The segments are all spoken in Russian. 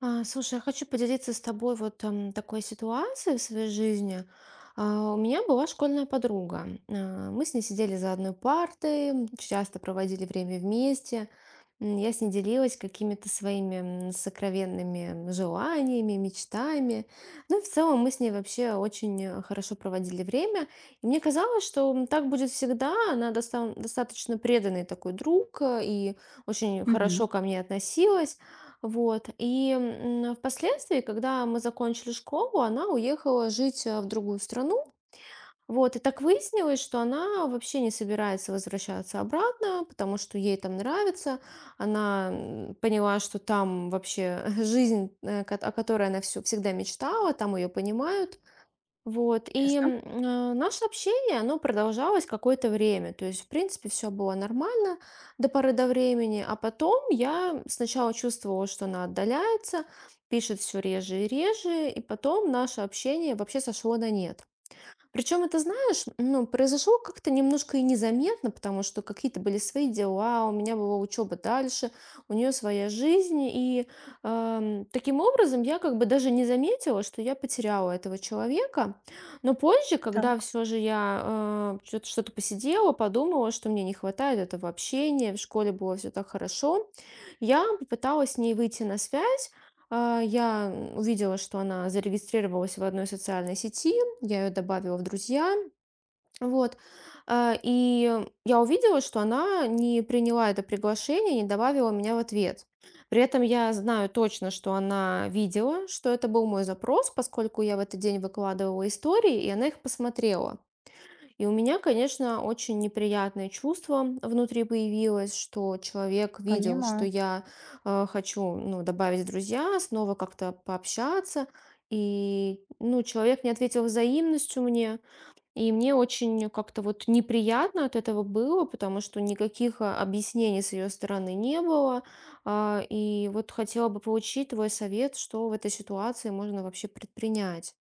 А, слушай, я хочу поделиться с тобой вот такой ситуацией в своей жизни. А, у меня была школьная подруга. А, мы с ней сидели за одной партой, часто проводили время вместе. Я с ней делилась какими-то своими сокровенными желаниями, мечтами. Ну и в целом мы с ней вообще очень хорошо проводили время. И мне казалось, что так будет всегда. Она достаточно преданный такой друг и очень Мгм. хорошо ко мне относилась. Вот. И впоследствии, когда мы закончили школу, она уехала жить в другую страну. Вот, и так выяснилось, что она вообще не собирается возвращаться обратно, потому что ей там нравится. Она поняла, что там вообще жизнь, о которой она всегда мечтала, там ее понимают. Вот, и Ясно. Наше общение, оно продолжалось какое-то время, то есть, в принципе, все было нормально до поры до времени, а потом я сначала чувствовала, что она отдаляется, пишет все реже и реже, и потом наше общение вообще сошло на нет. Причем, это знаешь, ну, произошло как-то немножко и незаметно, потому что какие-то были свои дела, у меня была учеба дальше, у нее своя жизнь. И таким образом я как бы даже не заметила, что я потеряла этого человека. Но позже, когда Так, все же я что-то посидела, подумала, что мне не хватает этого общения, в школе было все так хорошо, я попыталась с ней выйти на связь. А, я увидела, что она зарегистрировалась в одной социальной сети, я ее добавила в друзья, вот. А, и я увидела, что она не приняла это приглашение, не добавила меня в ответ. При этом я знаю точно, что она видела, что это был мой запрос, поскольку я в этот день выкладывала истории, и она их посмотрела. И у меня, конечно, очень неприятное чувство внутри появилось, что человек видел, что понимаю. я хочу, ну, добавить в друзья, снова как-то пообщаться. И, ну, человек не ответил взаимностью мне. И мне очень как-то вот неприятно от этого было, потому что никаких объяснений с ее стороны не было. А, и вот хотела бы получить твой совет, что в этой ситуации можно вообще предпринять.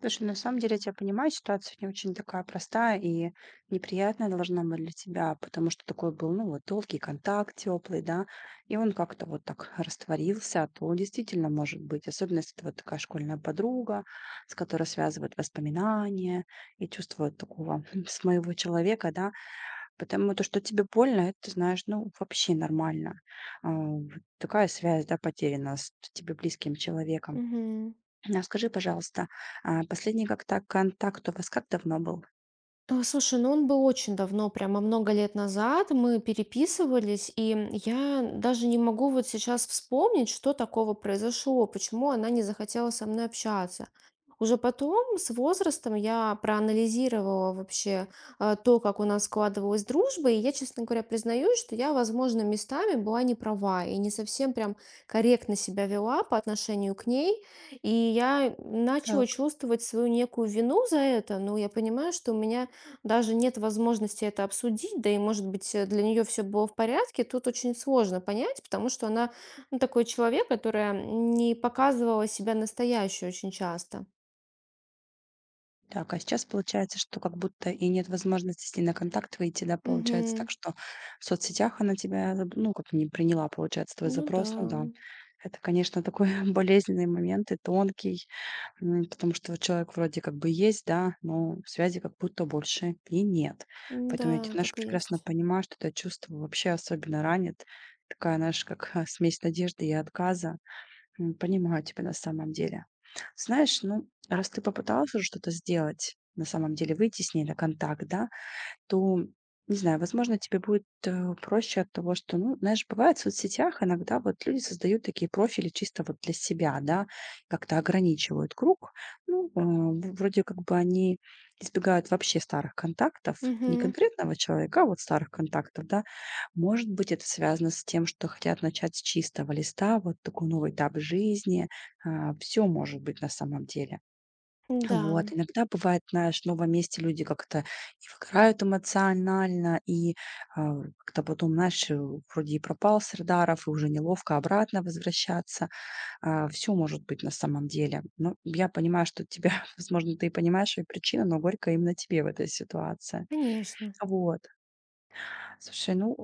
Слушай, на самом деле я тебя понимаю, ситуация не очень такая простая и неприятная должна быть для тебя, потому что такой был, ну, вот долгий контакт, теплый, да, и он как-то вот так растворился, а то действительно может быть, особенно если это вот такая школьная подруга, с которой связывают воспоминания и чувство вот такого с моего человека, да, потому то, что тебе больно, это, ты знаешь, ну, вообще нормально. Вот такая связь, да, потеряна с тебе близким человеком. Мгм. А скажи, пожалуйста, а последний как-то контакт у вас как давно был? А, слушай, ну он был очень давно, прямо много лет назад. Мы переписывались, и я даже не могу вот сейчас вспомнить, что такого произошло, почему она не захотела со мной общаться. Уже потом, с возрастом, я проанализировала вообще то, как у нас складывалась дружба, и я, честно говоря, признаюсь, что я, возможно, местами была не права и не совсем прям корректно себя вела по отношению к ней. И я Так. начала чувствовать свою некую вину за это, но я понимаю, что у меня даже нет возможности это обсудить, да и, может быть, для нее все было в порядке, тут очень сложно понять, потому что она ну, такой человек, которая не показывала себя настоящей очень часто. Так, а сейчас получается, что как будто и нет возможности с ней на контакт выйти, да, получается Угу, так, что в соцсетях она тебя, заб- ну, как не приняла, получается, твой ну да, запрос, ну да. Это, конечно, такой болезненный момент и тонкий, потому что вот человек вроде как бы есть, да, но связи как будто больше и нет. Поэтому я тебя, да, знаешь, так и прекрасно есть. понимаю, что это чувство вообще особенно ранит. Такая, знаешь, как смесь надежды и отказа. Понимаю тебя на самом деле. Знаешь, ну, раз ты попытался уже что-то сделать, на самом деле выйти с ней на контакт, да, то, не знаю, возможно, тебе будет, проще от того, что, ну, знаешь, бывает в соцсетях иногда вот люди создают такие профили чисто вот для себя, да, как-то ограничивают круг. Ну, вроде как бы они избегают вообще старых контактов, не Угу, конкретного человека, а вот старых контактов, да. Может быть, это связано с тем, что хотят начать с чистого листа, вот такой новый этап жизни. Все может быть на самом деле. да, Вот. Иногда бывает, знаешь, в новом месте люди как-то и выгорают эмоционально, и, как-то потом, знаешь, вроде и пропал с радаров, и уже неловко обратно возвращаться. А, всё может быть на самом деле. Но я понимаю, что тебя, возможно, ты и понимаешь её причину, но горько именно тебе в этой ситуации. конечно. Вот. Слушай, ну,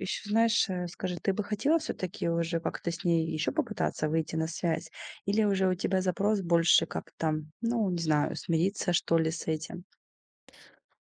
еще знаешь, скажи, ты бы хотела все-таки уже как-то с ней еще попытаться выйти на связь? Или уже у тебя запрос больше как там, ну, не знаю, смириться что ли с этим?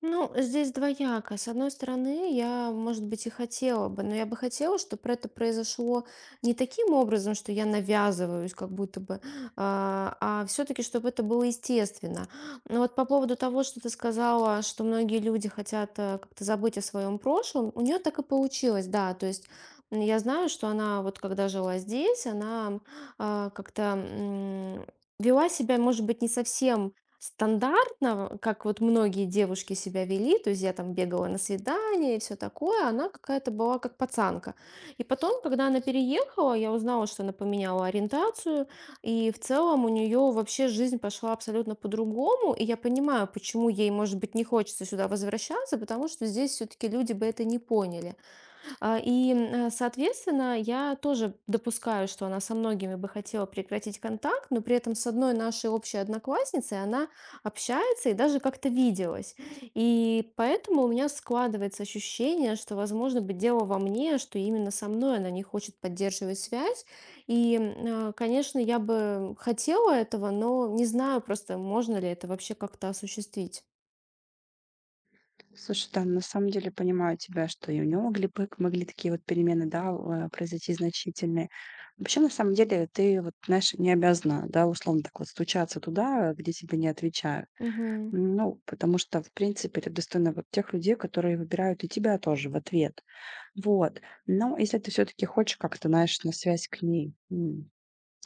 Ну, здесь двояко. С одной стороны, я, может быть, и хотела бы, но я бы хотела, чтобы это произошло не таким образом, что я навязываюсь, как будто бы, а, все-таки, чтобы это было естественно. Но вот по поводу того, что ты сказала, что многие люди хотят как-то забыть о своем прошлом, у нее так и получилось, да. То есть я знаю, что она вот когда жила здесь, она как-то вела себя, может быть, не совсем стандартно, как вот многие девушки себя вели, то есть я там бегала на свидание и все такое, она какая-то была как пацанка. И потом, когда она переехала, я узнала, что она поменяла ориентацию, и в целом у нее вообще жизнь пошла абсолютно по-другому, и я понимаю, почему ей, может быть, не хочется сюда возвращаться, потому что здесь все-таки люди бы это не поняли. А, и, соответственно, я тоже допускаю, что она со многими бы хотела прекратить контакт, но при этом с одной нашей общей одноклассницей она общается и даже как-то виделась. И поэтому у меня складывается ощущение, что, возможно, быть дело во мне, что именно со мной она не хочет поддерживать связь. И, конечно, я бы хотела этого, но не знаю просто, можно ли это вообще как-то осуществить. Слушай, да, на самом деле понимаю тебя, что и у нее могли такие вот перемены, да, произойти значительные. Вообще, на самом деле, ты вот, знаешь, не обязана, да, условно так вот стучаться туда, где тебе не отвечают. Мгм. Ну, потому что, в принципе, это достойно вот тех людей, которые выбирают и тебя тоже в ответ. Вот. Но если ты все таки хочешь как-то, знаешь, на связь к ней,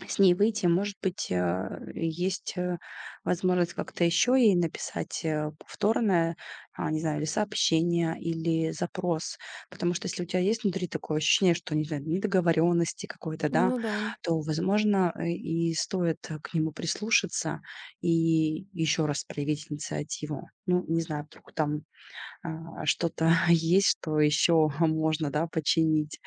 с ней выйти, может быть, есть, возможность как-то еще ей написать, повторное, не знаю, или сообщение, или запрос. Потому что если у тебя есть внутри такое ощущение, что, не знаю, недоговоренности какой-то, да, Ну да. то, возможно, и стоит, к нему прислушаться и еще раз проявить инициативу. Ну, не знаю, вдруг там что-то есть, что еще можно, да, починить.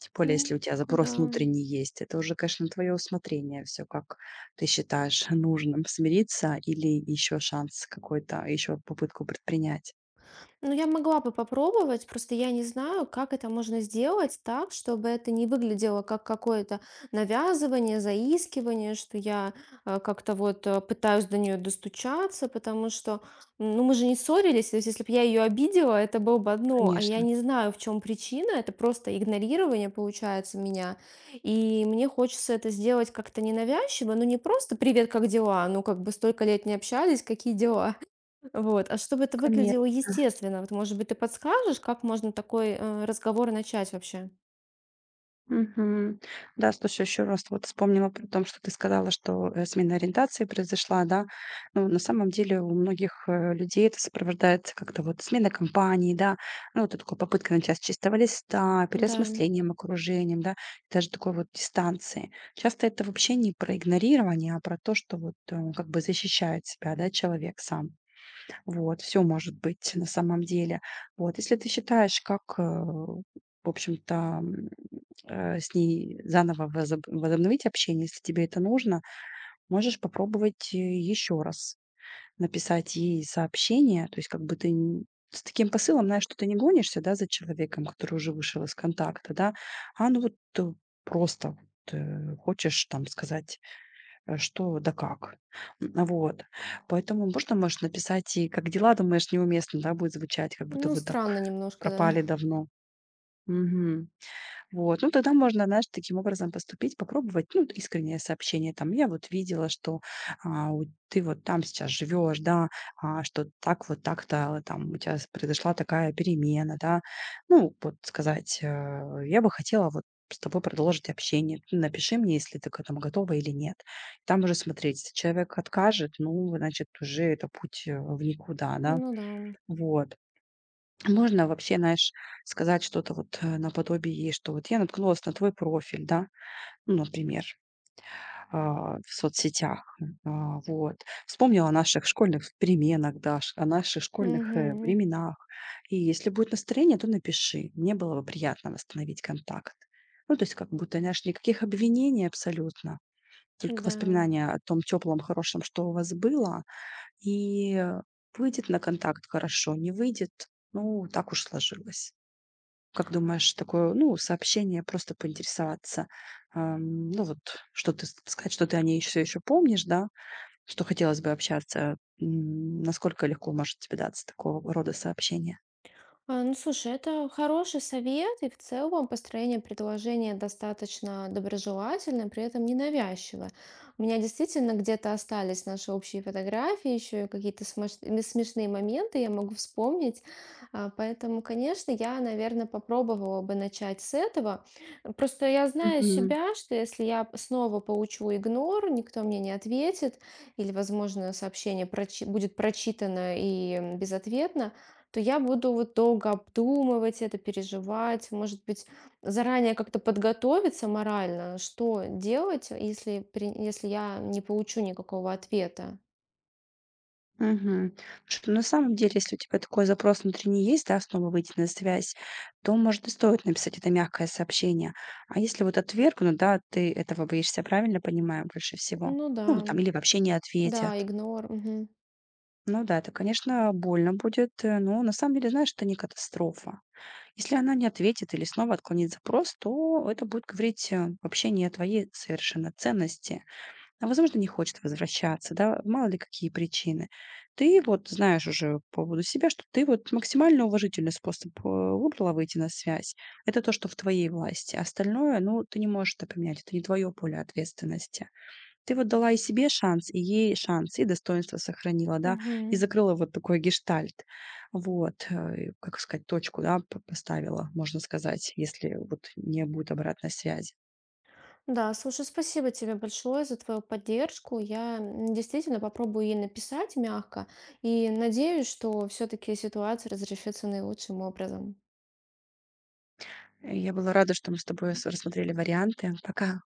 Тем более, М, если у тебя Да. запрос внутренний есть. Это уже, конечно, твое усмотрение, все как ты считаешь нужным смириться или еще шанс какой-то, еще попытку предпринять. Ну, я могла бы попробовать, просто я не знаю, как это можно сделать так, чтобы это не выглядело как какое-то навязывание, заискивание, что я как-то вот пытаюсь до нее достучаться, потому что, ну, мы же не ссорились, то есть если бы я ее обидела, это было бы одно, а я Конечно. не знаю, в чем причина, это просто игнорирование получается меня, и мне хочется это сделать как-то ненавязчиво, ну, не просто «Привет, как дела?», ну, как бы столько лет не общались, какие дела? Вот, а чтобы это Конечно. выглядело естественно, вот, может быть, ты подскажешь, как можно такой разговор начать вообще? Мгм. Да, слушай, еще раз вот вспомнила при том, что ты сказала, что смена ориентации произошла, да. Ну, на самом деле у многих людей это сопровождается как-то вот смена компании, да. Ну, вот такой попытка начать с чистого листа, Да. переосмыслением окружением, да, даже такой вот дистанции. Часто это вообще не про игнорирование, а про то, что вот как бы защищает себя, да, человек сам. Вот, все может быть на самом деле. Вот, если ты считаешь, как, в общем-то, с ней заново возобновить общение, если тебе это нужно, можешь попробовать, еще раз написать ей сообщение. То есть как бы ты н с таким посылом, знаешь, что ты не гонишься, да, за человеком, который уже вышел из контакта, да, а ну вот, просто вот, хочешь там сказать что да как. М, вот. Поэтому можно, можешь написать и "как дела?" Думаешь, неуместно, да, будет звучать, как будто Ну, вы так странно немножко, да. пропали давно. Мгм. Вот, ну тогда можно, знаешь, таким образом поступить, попробовать, ну, вот искреннее сообщение, там, я вот видела, что ты вот там сейчас живешь, да, что так вот так-то там у тебя произошла такая перемена, да, ну, вот сказать, я бы хотела вот с тобой продолжить общение. Ты напиши мне, если ты к этому готова или нет. Там уже смотреть, если человек откажет, ну, значит, уже это путь в никуда, да, Ну да. вот. Можно вообще, знаешь, сказать что-то вот, наподобие, что вот я наткнулась на твой профиль, да, ну, например, в соцсетях, вот. Вспомнила о наших школьных переменах, да, о наших школьных Угу, временах. И если будет настроение, то напиши. Мне было бы приятно восстановить контакт. Ну, то есть как будто, знаешь, никаких обвинений абсолютно, только да. воспоминания о том теплом, хорошем, что у вас было, и выйдет на контакт хорошо, не выйдет, ну, так уж сложилось. Как думаешь, такое, ну, сообщение, просто поинтересоваться, ну, вот, что ты с сказать, что ты о ней все еще помнишь, да, что хотелось бы общаться. Насколько легко может тебе даться такого рода сообщение? А, ну, слушай, это хороший совет, и в целом построение предложения достаточно доброжелательное, при этом ненавязчиво. У меня действительно где-то остались наши общие фотографии, еще и какие-то смешные моменты я могу вспомнить. А, поэтому, конечно, я, наверное, попробовала бы начать с этого. Просто я знаю Мгм. себя, что если я снова получу игнор, никто мне не ответит, или, возможно, сообщение будет прочитано и безответно, то я буду вот долго обдумывать это, переживать, может быть, заранее как-то подготовиться морально, что делать, если, если я не получу никакого ответа. Мгм. Что на самом деле, если у тебя такой запрос внутренний есть, да, снова выйти на связь, то, может, и стоит написать это мягкое сообщение. А если вот отвергнут, да, ты этого боишься, правильно понимаю, больше всего? Ну да, Ну, вот там или вообще не ответят. да, игнор. Мгм, Ну да, это, конечно, больно будет, но на самом деле, знаешь, это не катастрофа. Если она не ответит или снова отклонит запрос, то это будет говорить вообще не о твоей совершенно ценности. Она, возможно, не хочет возвращаться, да, мало ли какие причины. Ты вот знаешь уже по поводу себя, что ты вот максимально уважительный способ выбрала выйти на связь. Это то, что в твоей власти. Остальное, ну, ты не можешь это поменять, это не твое поле ответственности. Ты вот дала и себе шанс, и ей шанс, и достоинство сохранила, да, и мгм. закрыла вот такой гештальт. Вот, и, как сказать, точку, да, поставила, можно сказать, если вот не будет обратной связи. Да, слушай, спасибо тебе большое за твою поддержку. Я действительно попробую ей написать мягко и надеюсь, что все-таки ситуация разрешится наилучшим образом. Я была рада, что мы с тобой рассмотрели варианты. Пока.